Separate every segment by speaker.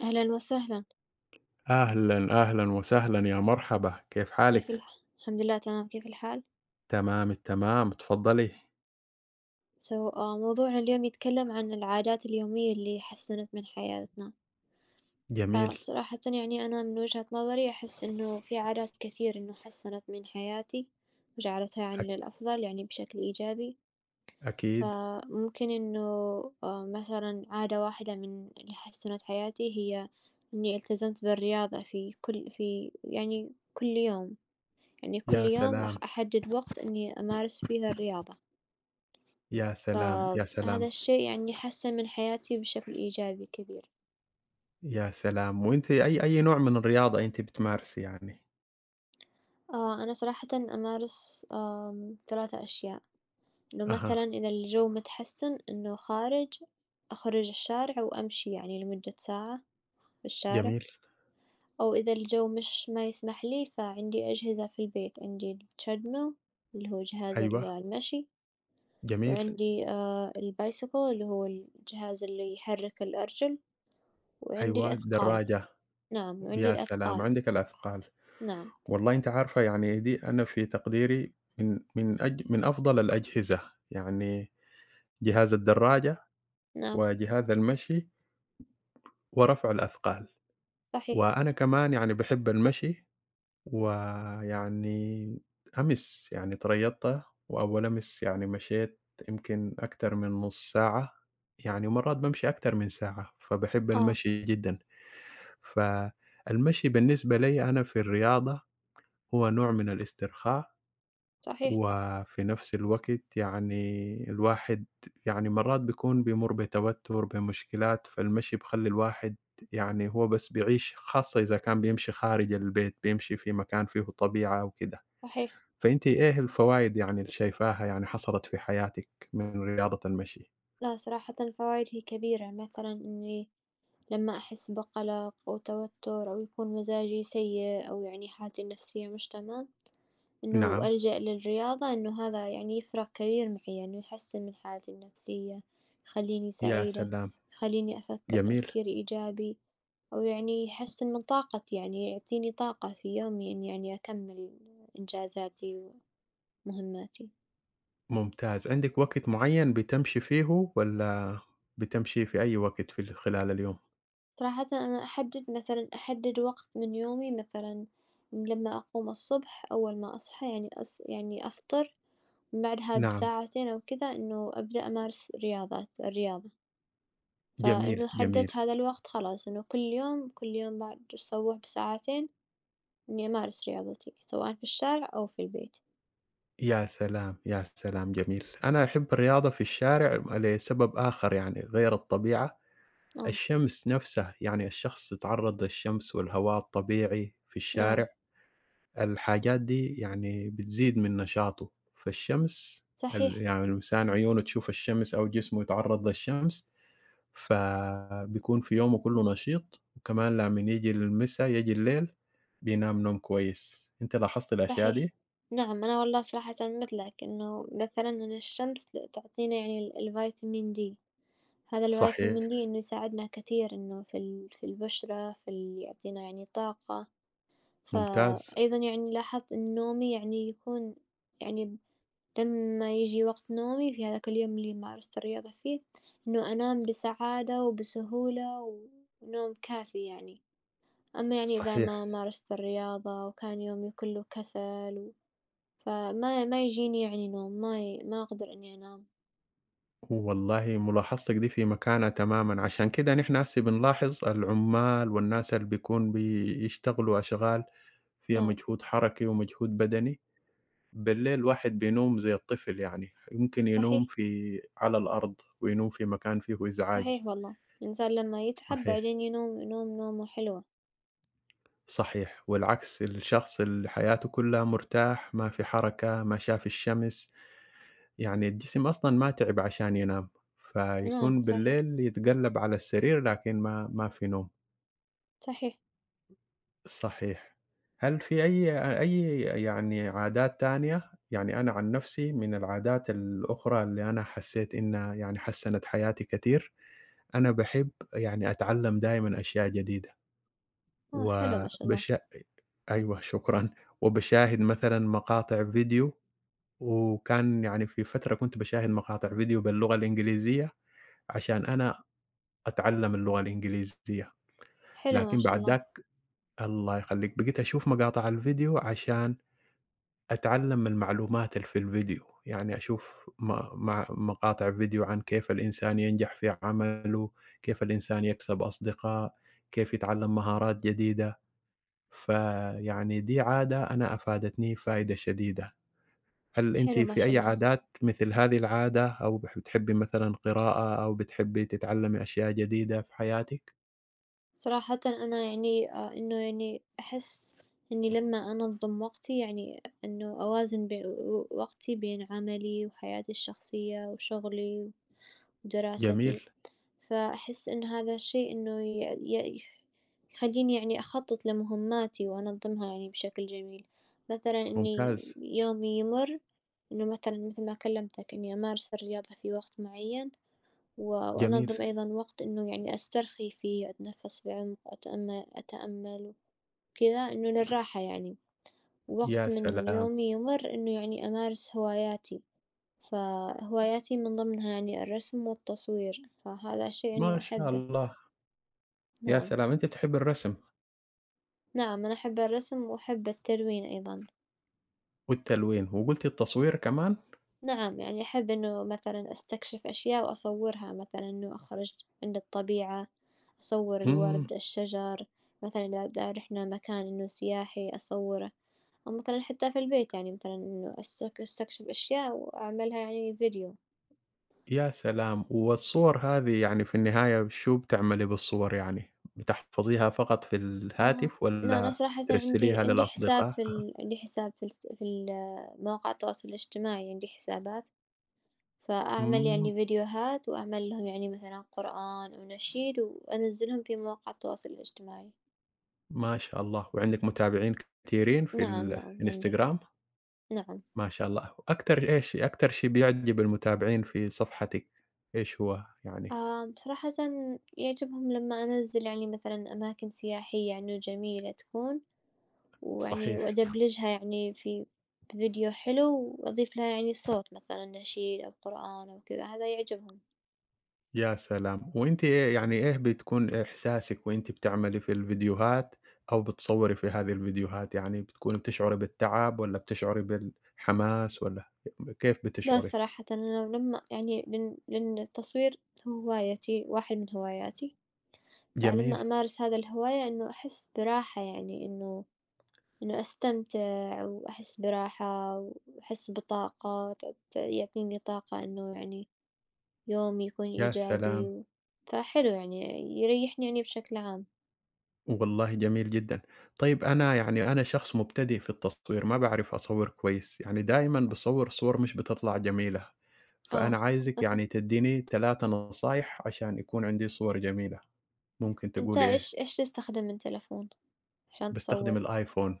Speaker 1: أهلًا وسهلًا،
Speaker 2: أهلًا، أهلًا وسهلًا، يا مرحبا، كيف
Speaker 1: كيف
Speaker 2: حالِك؟
Speaker 1: الح الحمد لله تمام، كيف الحال؟
Speaker 2: تمام التمام، اتفضلي.
Speaker 1: سو آه، موضوعنا اليوم يتكلم عن العادات اليومية اللي حسّنت من حياتنا،
Speaker 2: جميل،
Speaker 1: فصراحةً يعني أنا من وجهة نظري أحس إنه في عادات كثير إنه حسّنت من حياتي وجعلتها
Speaker 2: أك
Speaker 1: يعني للأفضل يعني بشكل إيجابي،
Speaker 2: أكيد.
Speaker 1: فممكن إنه مثلًا عادة واحدة من اللي حسّنت حياتي هي إني التزمت بالرياضة في كل في يعني كل يوم، يعني كل
Speaker 2: يا
Speaker 1: يوم
Speaker 2: سلام،
Speaker 1: أحدد وقت إني أمارس فيه الرياضة.
Speaker 2: يا سلام، يا
Speaker 1: فهذا
Speaker 2: سلام،
Speaker 1: الشيء يعني حسن من حياتي بشكل إيجابي كبير.
Speaker 2: يا سلام! وأنتِ أي نوع من الرياضة أنتِ بتمارسي يعني؟
Speaker 1: أنا صراحةً أمارس 3 أشياء، إنه
Speaker 2: أها،
Speaker 1: مثلًا إذا الجو متحسن إنه خارج أخرج الشارع وأمشي يعني لمدة ساعة في الشارع،
Speaker 2: جميل،
Speaker 1: أو إذا الجو مش ما يسمح لي فعندي أجهزة في البيت، عندي الtreadmill اللي هو جهاز ال
Speaker 2: أيوه،
Speaker 1: المشي،
Speaker 2: جميل،
Speaker 1: وعندي الbicycle اللي هو الجهاز اللي يحرك الأرجل، وعندي
Speaker 2: أيوه،
Speaker 1: الأثقال،
Speaker 2: الدراجة،
Speaker 1: نعم وعندي
Speaker 2: يا سلام!
Speaker 1: الأثقال.
Speaker 2: وعندِك الأثقال.
Speaker 1: نعم،
Speaker 2: والله أنتِ عارفة يعني دي أنا في تقديري من أفضل الأجهزة، يعني جهاز الدراجة
Speaker 1: نعم.
Speaker 2: وجهاز المشي ورفع الأثقال.
Speaker 1: صحيح.
Speaker 2: وأنا كمان يعني باحب المشي، ويعني أمس يعني تريضت وأول أمس يعني مشيت يمكن أكتر من نُص ساعة، يعني مرات بامشي أكتر من ساعة، فباحب
Speaker 1: آه،
Speaker 2: المشي جدًا. فالمشي بالنسبة ليّا أنا في الرياضة هو نوع من الاسترخاء
Speaker 1: صحيح،
Speaker 2: وفي نفس الوقت يعني الواحد يعني مرات بيكون بيمُر بتوتُّر، بمشكلات، فالمشي بيخلّي الواحد يعني هو بس بيعيش خاصة إذا كان بيمشي خارج البيت، بيمشي في مكان فيه طبيعة أو كده.
Speaker 1: صحيح.
Speaker 2: فأنتِ إيه الفوايد يعني اللي شايفاها يعني حصلت في حياتِك من رياضة المشي؟
Speaker 1: لا صراحةً فوايدها كبيرة، مثلًا إني لمّا أحس بقلق أو توتر أو يكون مزاجي سيء أو يعني حالتي النفسية مش تمام، إنه
Speaker 2: نعم،
Speaker 1: ألجأ للرياضة إنه هذا يعني يفرق كبير معي، إنه يحسن من حالتي النفسية، يخليني
Speaker 2: يا
Speaker 1: سعيدة،
Speaker 2: سلام!
Speaker 1: يخليني أفكر
Speaker 2: جميل،
Speaker 1: تفكير إيجابي، أو يعني يحسن من طاقتي، يعني يعطيني طاقة في يومي إني يعني أكمل إنجازاتي ومهماتي.
Speaker 2: ممتاز. عندِك وقت معيّن بتمشي فيه والّا بتمشي في أي وقت في ال خلال اليوم؟
Speaker 1: صراحةً أنا أحدد مثلًا أحدد وقت من يومي مثلًا لمّا أقوم الصبح أول ما أصحى يعني يعني أفطر، من بعدها
Speaker 2: نعم،
Speaker 1: بساعتين أو كذا إنه أبدأ أمارس الرياضة،
Speaker 2: جميل،
Speaker 1: فإنه
Speaker 2: جميل.
Speaker 1: حددت هذا الوقت خلاص إنه كل يوم كل يوم بعد الصبح بساعتين إني أمارس رياضتي سواء في الشارع أو في البيت.
Speaker 2: يا سلام! يا سلام جميل. أنا أحب الرياضة في الشارع لسبب آخر يعني غير الطبيعة،
Speaker 1: آه،
Speaker 2: الشمس نفسها، يعني الشخص يتعرّض للشمس والهواء الطبيعي في
Speaker 1: نعم،
Speaker 2: الشارع، الحاجات دي يعني بتزيد من نشاطه، فالشمس
Speaker 1: صحيح،
Speaker 2: يعني الإنسان عيونه تشوف الشمس أو جسمه يتعرّض للشمس، فبيكون في يومه كُلّه نشيط، وكمان لمّن ييجي المسا، ييجي الليل، بينام نوم كويس. أنتِ لاحظتِ الأشياء
Speaker 1: صحيح.
Speaker 2: دي؟
Speaker 1: نعم، أنا والله صراحةً مثلك إنه مثلًا إن الشمس تعطينا يعني الفيتامين D. هذا
Speaker 2: صحيح،
Speaker 1: الفيتامين D إنه يساعدنا كثير إنه في البشرة، في ال يعطينا يعني طاقة،
Speaker 2: ممتاز،
Speaker 1: فأيضًا يعني لاحظت إن نومي يعني يكون يعني لما يجي وقت نومي في هذاك اليوم اللي مارست الرياضة فيه، إنه أنام بسعادة وبسهولة ونوم كافي يعني، أما يعني إذا ما
Speaker 2: صحيح.
Speaker 1: مارست الرياضة وكان يومي كله كسل و فما ما يجيني يعني نوم، ما أقدر إني أنام.
Speaker 2: والله ملاحظتك دي في مكانها تمامًا، عشان كده نحن هسي بنلاحظ العمال والناس اللي بيكون بيشتغلوا أشغال فيها
Speaker 1: نعم
Speaker 2: مجهود حركي ومجهود بدني، بالليل الواحد بينوم زي الطفل يعني، يمكن ينوم
Speaker 1: صحيح.
Speaker 2: في على الأرض وينوم في مكان فيه إزعاج،
Speaker 1: صحيح والله، الإنسان لمّا يتعب
Speaker 2: صحيح،
Speaker 1: بعدين ينوم نوم نومة حلوة.
Speaker 2: صحيح، والعكس الشخص اللي حياته كلها مرتاح ما في حركة، ما شاف الشمس، يعني الجسم أصلًا ما تعب عشان ينام،
Speaker 1: نعم
Speaker 2: فيكون
Speaker 1: صحيح،
Speaker 2: بالليل يتقلب على السرير لكن ما في نوم.
Speaker 1: صحيح.
Speaker 2: صحيح. هل في أي يعني عادات تانية؟ يعني أنا عن نفسي من العادات الأخرى اللي أنا حسيت إنها يعني حسّنت حياتي كتير، أنا باحب يعني أتعلّم دايمًا أشياء جديدة،
Speaker 1: حلو ما شاء الله.
Speaker 2: وبش أيوه شكرًا، وباشاهد مثلًا مقاطع فيديو، وكان يعني في فترة كنت باشاهد مقاطع فيديو باللغة الإنجليزية عشان أنا أتعلّم اللغة الإنجليزية،
Speaker 1: حلو ما
Speaker 2: لكن
Speaker 1: شاء
Speaker 2: بعد
Speaker 1: الله.
Speaker 2: ذاك الله يخلّيك بقيت أشوف مقاطع الفيديو عشان أتعلّم من المعلومات اللي في الفيديو، يعني أشوف مع مقاطع فيديو عن كيف الإنسان ينجح في عمله، كيف الإنسان يكسب أصدقاء، كيف يتعلّم مهارات جديدة، فيعني دي عادة أنا أفادتني فايدة شديدة. هل أنتِ
Speaker 1: حلو ما
Speaker 2: في
Speaker 1: شاء
Speaker 2: أي
Speaker 1: الله.
Speaker 2: عادات مثل هذه العادة أو بتحبي مثلًا قراءة أو بتحبي تتعلّمي أشياء جديدة في حياتِك؟
Speaker 1: صراحةً أنا يعني إنه يعني أحس إني لمّا أنظّم وقتي يعني إنه أوازن بين و و وقتي بين عملي وحياتي الشخصية وشغلي و
Speaker 2: جميل،
Speaker 1: ودراستي، فأحس إن هذا الشيء إنه ي ي يخليني يعني أخطط لمهماتي وأنظمها يعني بشكل جميل، مثلًا إني
Speaker 2: ممتاز،
Speaker 1: يومي يمر إنه مثلًا مثل ما كلمتك إني أمارس الرياضة في وقت معين، و
Speaker 2: جميل،
Speaker 1: وأنظم أيضًا وقت إنه يعني أسترخي فيه، أتنفس بعمق، أتأمل وكذا إنه للراحة يعني،
Speaker 2: يا
Speaker 1: ووقت من
Speaker 2: سلام!
Speaker 1: يومي يمر إنه يعني أمارس هواياتي. فهواياتي من ضمنها يعني الرسم والتصوير، فهذا الشيء إنه
Speaker 2: ما شاء
Speaker 1: أحبه.
Speaker 2: الله، يا
Speaker 1: نعم.
Speaker 2: سلام! أنتِ بتحبي الرسم.
Speaker 1: نعم أنا أحب الرسم وأحب التلوين أيضا.
Speaker 2: والتلوين، وقُلتِ التصوير كمان؟
Speaker 1: نعم يعني أحب إنه مثلا أستكشف أشياء وأصورها مثلا إنه أخرج عند الطبيعة، أصور
Speaker 2: إمم،
Speaker 1: الورد، الشجر، مثلا إذا إذا رحنا مكان إنه سياحي أصوره، أو مثلا حتى في البيت يعني مثلا إنه أستكشف أشياء وأعملها يعني فيديو.
Speaker 2: يا سلام! والصور هذه يعني في النهاية شو بتعملي بالصور يعني؟ بتحفظيها فقط في
Speaker 1: آه،
Speaker 2: الهاتف
Speaker 1: لا أنا
Speaker 2: والّا
Speaker 1: صراحةً عندي
Speaker 2: ترسليها
Speaker 1: عندي حساب
Speaker 2: للأصدقاء؟
Speaker 1: في ال عندي حساب في ال مواقع التواصل الاجتماعي عندي حسابات، فأعمل
Speaker 2: إمم،
Speaker 1: يعني فيديوهات وأعمل لهم يعني مثلًا قرآن أو نشيد وأنزّلهم في مواقع التواصل الاجتماعي.
Speaker 2: ما شاء الله، وعندِك متابعين كتيرين في
Speaker 1: نعم، نعم عندي،
Speaker 2: الإنستجرام؟
Speaker 1: نعم.
Speaker 2: ما شاء الله، أكتر إيش أكتر شي بيعجب المتابعين في صفحتِك إيش هو يعني؟
Speaker 1: صراحةً يعجبهم لما أنزّل يعني مثلًا أماكن سياحية إنه جميلة تكون، ويعني
Speaker 2: صحيح.
Speaker 1: وأدبلجها يعني في فيديو حلو وأضيف لها يعني صوت مثلًا نشيد أو قرآن أو كذا، هذا يعجبهم.
Speaker 2: يا سلام! وأنتِ إيه يعني إيه بتكون إحساسِك وأنتِ بتعملي في الفيديوهات أو بتصوّري في هذه الفيديوهات، يعني بتكوني بتشعري بالتعب والّا بتشعري بالحماس والّا كيف
Speaker 1: لا
Speaker 2: بتشعري؟
Speaker 1: صراحةً أنا لمّا يعني لأن التصوير هو هوايتي، واحد من هواياتي، فلمّا
Speaker 2: جميل،
Speaker 1: أمارس هذا الهواية إنه أحس براحة يعني إنه إنه أستمتع وأحس براحة وأحس بطاقة ت ت يعطيني طاقة إنه يعني يومي يكون
Speaker 2: يا
Speaker 1: إيجابي
Speaker 2: سلام!
Speaker 1: و فحلو يعني يريحني يعني بشكل عام.
Speaker 2: والله جميل جدًا. طيب أنا يعني أنا شخص مبتدئ في التصوير، ما باعرف أصوّر كويس، يعني دايمًا باصوّر صور مش بتطلع جميلة، فأنا
Speaker 1: آه
Speaker 2: عايزِك يعني تدّيني 3 نصايح عشان يكون عندي صور جميلة، ممكن
Speaker 1: أنت
Speaker 2: تقولي إيه؟
Speaker 1: إيش تستخدم التلفون عشان
Speaker 2: باستخدم
Speaker 1: تصور؟
Speaker 2: الآيفون.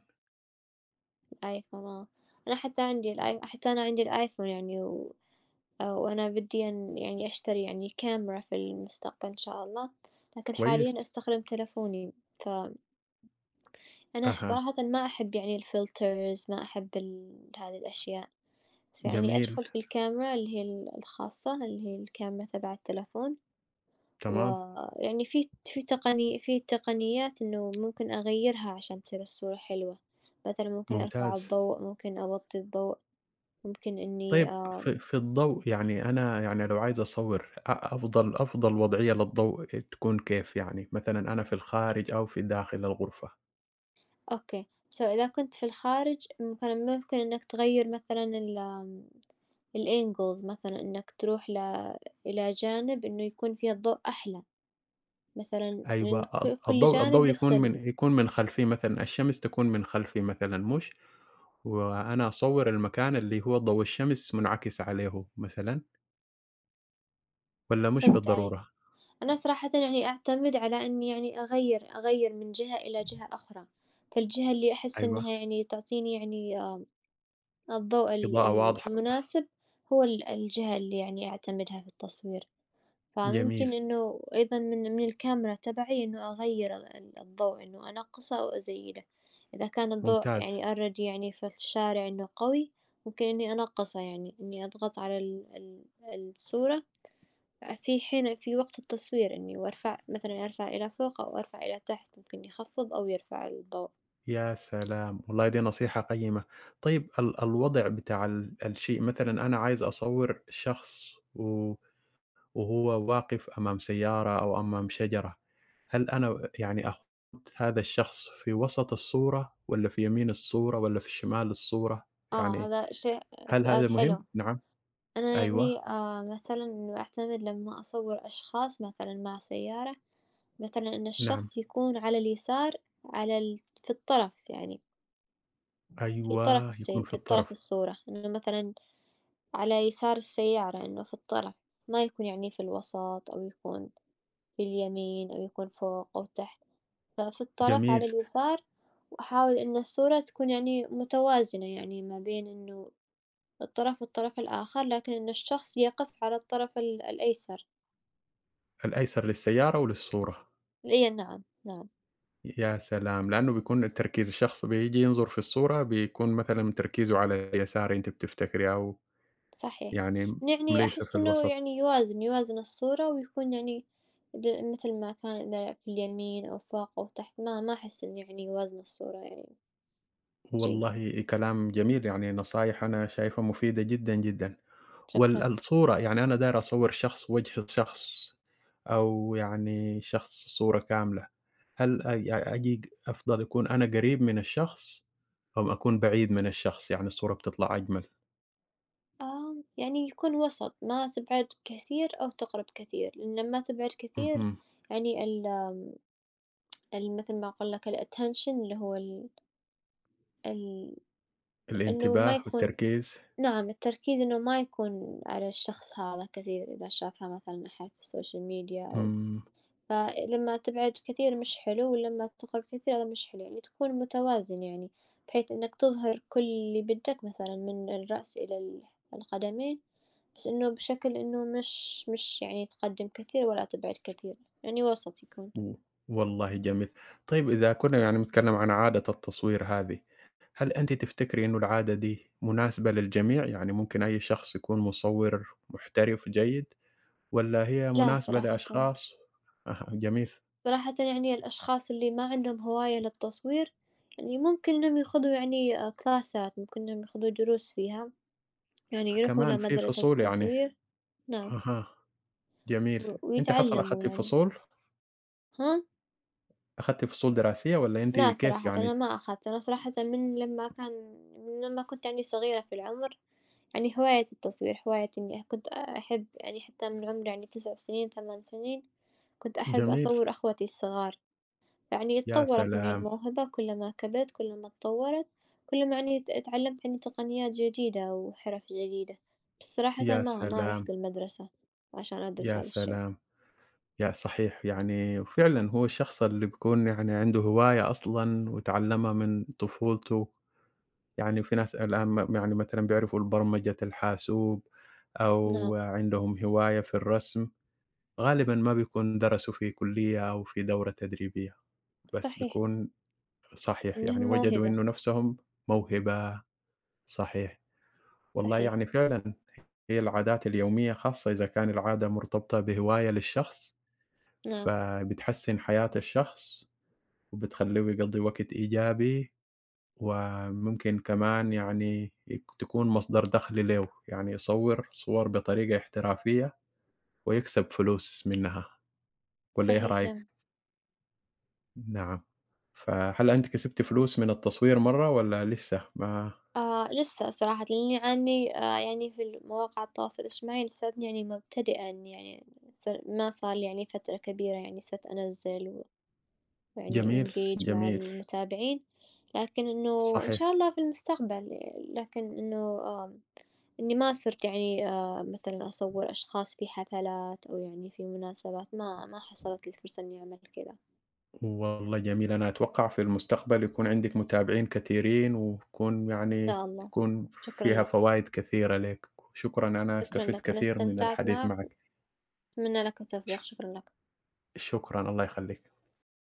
Speaker 1: الآيفون آه، أنا حتى عندي الآي حتى أنا عندي الآيفون يعني و وأنا بدي أن يعني أشتري يعني كاميرا في المستقبل إن شاء الله، لكن
Speaker 2: كويس،
Speaker 1: حاليًا أستخدم تلفوني. أنا
Speaker 2: أها،
Speaker 1: صراحةً ما أحب يعني الفلترز، ما أحب هذي الأشياء، فيعني
Speaker 2: جميل،
Speaker 1: أدخل في الكاميرا اللي هي الخاصة اللي هي الكاميرا تبع التلفون،
Speaker 2: تمام،
Speaker 1: ويعني في تقنيات إنه ممكن أغيرها عشان تصير الصورة حلوة، مثلًا ممكن أرفع
Speaker 2: ممتاز.
Speaker 1: الضوء، ممكن أوطي الضوء، ممكن إني
Speaker 2: طيب في الضوء يعني أنا يعني لو عايز أصوّر أفضل وضعية للضوء تكون كيف يعني؟ مثلًا أنا في الخارج أو في داخل الغرفة؟
Speaker 1: أوكي. إذا كنت في الخارج ممكن إنك تغيّر مثلًا الangles مثلًا إنك تروح إلى جانب إنه يكون فيه الضوء أحلى مثلًا،
Speaker 2: أيوه
Speaker 1: لإن كل
Speaker 2: الضوء
Speaker 1: جانب
Speaker 2: يكون
Speaker 1: يختلف.
Speaker 2: من خلفي مثلًا، الشمس تكون من خلفي مثلًا مش؟ وأنا أصوّر المكان اللي هو ضوء الشمس منعكس عليه مثلًا والّا مش
Speaker 1: فهمت علي.
Speaker 2: بالضرورة؟
Speaker 1: أنا صراحةً يعني أعتمد على إني يعني أغيّر من جهة إلى جهة أخرى، فالجهة اللي أحس
Speaker 2: أيوه،
Speaker 1: إنها يعني تعطيني يعني الضوء ال
Speaker 2: إضاءة
Speaker 1: ال
Speaker 2: واضحة،
Speaker 1: المناسب هو الجهة اللي يعني أعتمدها في التصوير.
Speaker 2: جميل،
Speaker 1: فممكن إنه أيضًا من الكاميرا تبعي إنه أغير ال ال الضوء إنه أنقّصه أو أزيده، إذا كان الضوء
Speaker 2: ممتاز.
Speaker 1: يعني already يعني في الشارع إنه قوي ممكن إني أنقّصه يعني إني أضغط على ال ال الصورة في وقت التصوير إني وأرفع مثلًا أرفع إلى فوق أو أرفع إلى تحت ممكن يخفّض أو يرفع الضوء.
Speaker 2: يا سلام! والله دي نصيحة قيّمة. طيب الوضع بتاع الشيء، مثلًا أنا عايز أصوّر شخص و وهو واقف أمام سيارة أو أمام شجرة، هل أنا يعني آخُد هذا الشخص في وسط الصورة والّا في يمين الصورة والّا في شمال الصورة؟
Speaker 1: آه
Speaker 2: يعني
Speaker 1: هذا شيء
Speaker 2: هل هذا
Speaker 1: سؤال
Speaker 2: مهم؟
Speaker 1: حلو.
Speaker 2: نعم،
Speaker 1: أنا
Speaker 2: أيوه،
Speaker 1: يعني مثلًا إنه أعتمد لما أصور أشخاص مثلًا مع سيارة. مثلا إن
Speaker 2: نعم،
Speaker 1: الشخص يكون على اليسار على ال في الطرف يعني
Speaker 2: أيوه، يكون في
Speaker 1: في طرف
Speaker 2: الطرف.
Speaker 1: الصورة، إنه مثلا على يسار السيارة إنه في الطرف، ما يكون يعني في الوسط أو يكون في اليمين أو يكون فوق أو تحت، ففي الطرف على
Speaker 2: جميل،
Speaker 1: اليسار، وأحاول إن الصورة تكون يعني متوازنة يعني ما بين إنه الطرف والطرف الآخر، لكن إن الشخص يقف على الطرف الأيسر.
Speaker 2: الأيسر للسيارة وللصورة.
Speaker 1: إي نعم، نعم.
Speaker 2: يا سلام! لإنه بيكون تركيز الشخص بييجي ينظر في الصورة بيكون مثلًا تركيزه على يساري أنتِ بتفتكري أو
Speaker 1: صحيح.
Speaker 2: يعني
Speaker 1: يعني
Speaker 2: ليس في
Speaker 1: أحس إنه
Speaker 2: الوسط.
Speaker 1: يعني يوازن، يوازن الصورة ويكون يعني إذا مثل ما كان إذا في اليمين أو فوق أو تحت ما أحس إنه يعني يوازن الصورة يعني جيد،
Speaker 2: والله كلام جميل، يعني نصايح أنا شايفها مفيدة جدًا، جدًا. وال
Speaker 1: شكرًا.
Speaker 2: الصورة، يعني أنا داير أصوّر شخص وجه الشخص أو يعني شخص صورة كاملة، هل أ أ أجي أفضل أكون أنا قريب من الشخص أم أكون بعيد من الشخص، يعني الصورة بتطلع أجمل؟
Speaker 1: يعني يكون وسط، ما تبعد كثير أو تقرب كثير، لأن لما تبعد كثير
Speaker 2: اهم.
Speaker 1: يعني ال آمم، ال مثل ما أقول لك الattention اللي هو ال ال إنه ما
Speaker 2: الانتباه
Speaker 1: يكون
Speaker 2: والتركيز.
Speaker 1: نعم التركيز إنه ما يكون على الشخص هذا كثير إذا شافها مثلًا أحد في السوشيال ميديا أو
Speaker 2: إمم.
Speaker 1: فلمّا تبعد كثير مش حلو، ولمّا تقرب كثير هذا مش حلو، يعني تكون متوازن يعني، بحيث إنك تظهر كل اللي بدك مثلًا من الرأس إلى القدمين، بس إنه بشكل إنه مش مش يعني تقدم كثير ولا تبعد كثير، يعني وسط يكون.
Speaker 2: و والله جميل. طيب إذا كنا يعني بنتكلم عن عادة التصوير هذه، هل أنتِ تفتكري إنه العادة دي مناسبة للجميع؟ يعني ممكن أي شخص يكون مصوِّر محترف جيد والّا هي
Speaker 1: لا
Speaker 2: مناسبة
Speaker 1: صراحةً.
Speaker 2: لأشخاص أها، جميل.
Speaker 1: صراحةً يعني الأشخاص اللي ما عندهم هواية للتصوير، يعني ممكن إنهم يخوضوا يعني كلاسات، ممكن إنهم يخوضوا دروس فيها، يعني يروحوا
Speaker 2: كمان في
Speaker 1: لمدرسة
Speaker 2: فصول يعني
Speaker 1: التصوير. نعم،
Speaker 2: أها، جميل. أنتِ حصل
Speaker 1: ويتعلموا
Speaker 2: أخدتِ
Speaker 1: يعني.
Speaker 2: فصول؟
Speaker 1: ها؟
Speaker 2: أخدتِ فصول دراسية والّا أنتِ
Speaker 1: لا
Speaker 2: كيف
Speaker 1: صراحةً أنا
Speaker 2: يعني؟
Speaker 1: ما أخذت، أنا صراحةً من لمّا كنت يعني صغيرة في العمر، يعني هواية التصوير، هواية إني كنت أحب يعني حتى من عمر يعني 9 سنين، 8 سنين، كنت أحب
Speaker 2: جميل.
Speaker 1: أصور أخوتي الصغار، يعني
Speaker 2: يا
Speaker 1: اتطورت معي
Speaker 2: سلام!
Speaker 1: الموهبة كل ما كبرت كل ما اتطورت، كل ما يعني اتعلمت يعني تقنيات جديدة وحرف جديدة، بس صراحةً
Speaker 2: يا
Speaker 1: ما رحت
Speaker 2: سلام!
Speaker 1: المدرسة عشان أدرس
Speaker 2: يا
Speaker 1: هذا الشي.
Speaker 2: سلام! صحيح، يعني وفعلًا هو الشخص اللي بيكون يعني عنده هواية أصلًا واتعلّمها من طفولته، يعني في ناس الآن م يعني مثلًا بيعرفوا البرمجة الحاسوب أو
Speaker 1: نعم
Speaker 2: عندهم هواية في الرسم، غالبًا ما بيكون درسوا في كلية أو في دورة تدريبية، بس
Speaker 1: صحيح
Speaker 2: بيكون صحيح،
Speaker 1: إنها
Speaker 2: يعني وجدوا
Speaker 1: موهبة.
Speaker 2: إنه نَفْسهم موهبة، صحيح. والله
Speaker 1: صحيح،
Speaker 2: يعني فعلًا هي العادات اليومية خاصة إذا كان العادة مرتبطة بهواية للشخص،
Speaker 1: نعم،
Speaker 2: فبتحسّن حياة الشخص وبتخلّيه يقضّي وقت إيجابي، وممكن كمان يعني تكون مصدر دخل له، يعني يصوّر صور بطريقة احترافية ويكسب فلوس منها، والّا إيه
Speaker 1: صحيح، نعم.
Speaker 2: رأيِك؟ نعم، فهل أنتِ كسبتِ فلوس من التصوير مرّة والّا لسه ما
Speaker 1: لسه صراحة لأني أني يعني مواقع التواصل الاجتماعي لساتني يعني مبتدئة إني يعني ما صار لي يعني فترة كبيرة يعني صرت أنزل و- ويعني
Speaker 2: جميل،
Speaker 1: انجيج مع
Speaker 2: جميل،
Speaker 1: المتابعين، لكن إنه إن شاء
Speaker 2: صحيح،
Speaker 1: الله في المستقبل، لكن إنه إني ما صرت يعني مثلا أصور أشخاص في حفلات أو يعني في مناسبات ما حصلت لي الفرصة إني أعمل كذا إن
Speaker 2: والله جميل، أنا أتوقع في المستقبل يكون عندِك متابعين كثيرين، وتكون يعني
Speaker 1: شاء الله.
Speaker 2: تكون
Speaker 1: شكرا
Speaker 2: فيها
Speaker 1: لك.
Speaker 2: فوايد كثيرة ليك، شكرًا أنا
Speaker 1: شكرا
Speaker 2: استفدت
Speaker 1: لك، أنا
Speaker 2: كثير من
Speaker 1: استمتعت
Speaker 2: الحديث
Speaker 1: معك
Speaker 2: معك.
Speaker 1: وأتمنى لك
Speaker 2: ش
Speaker 1: التوفيق. شكرا لك.
Speaker 2: شكرًا، الله يخلّيك.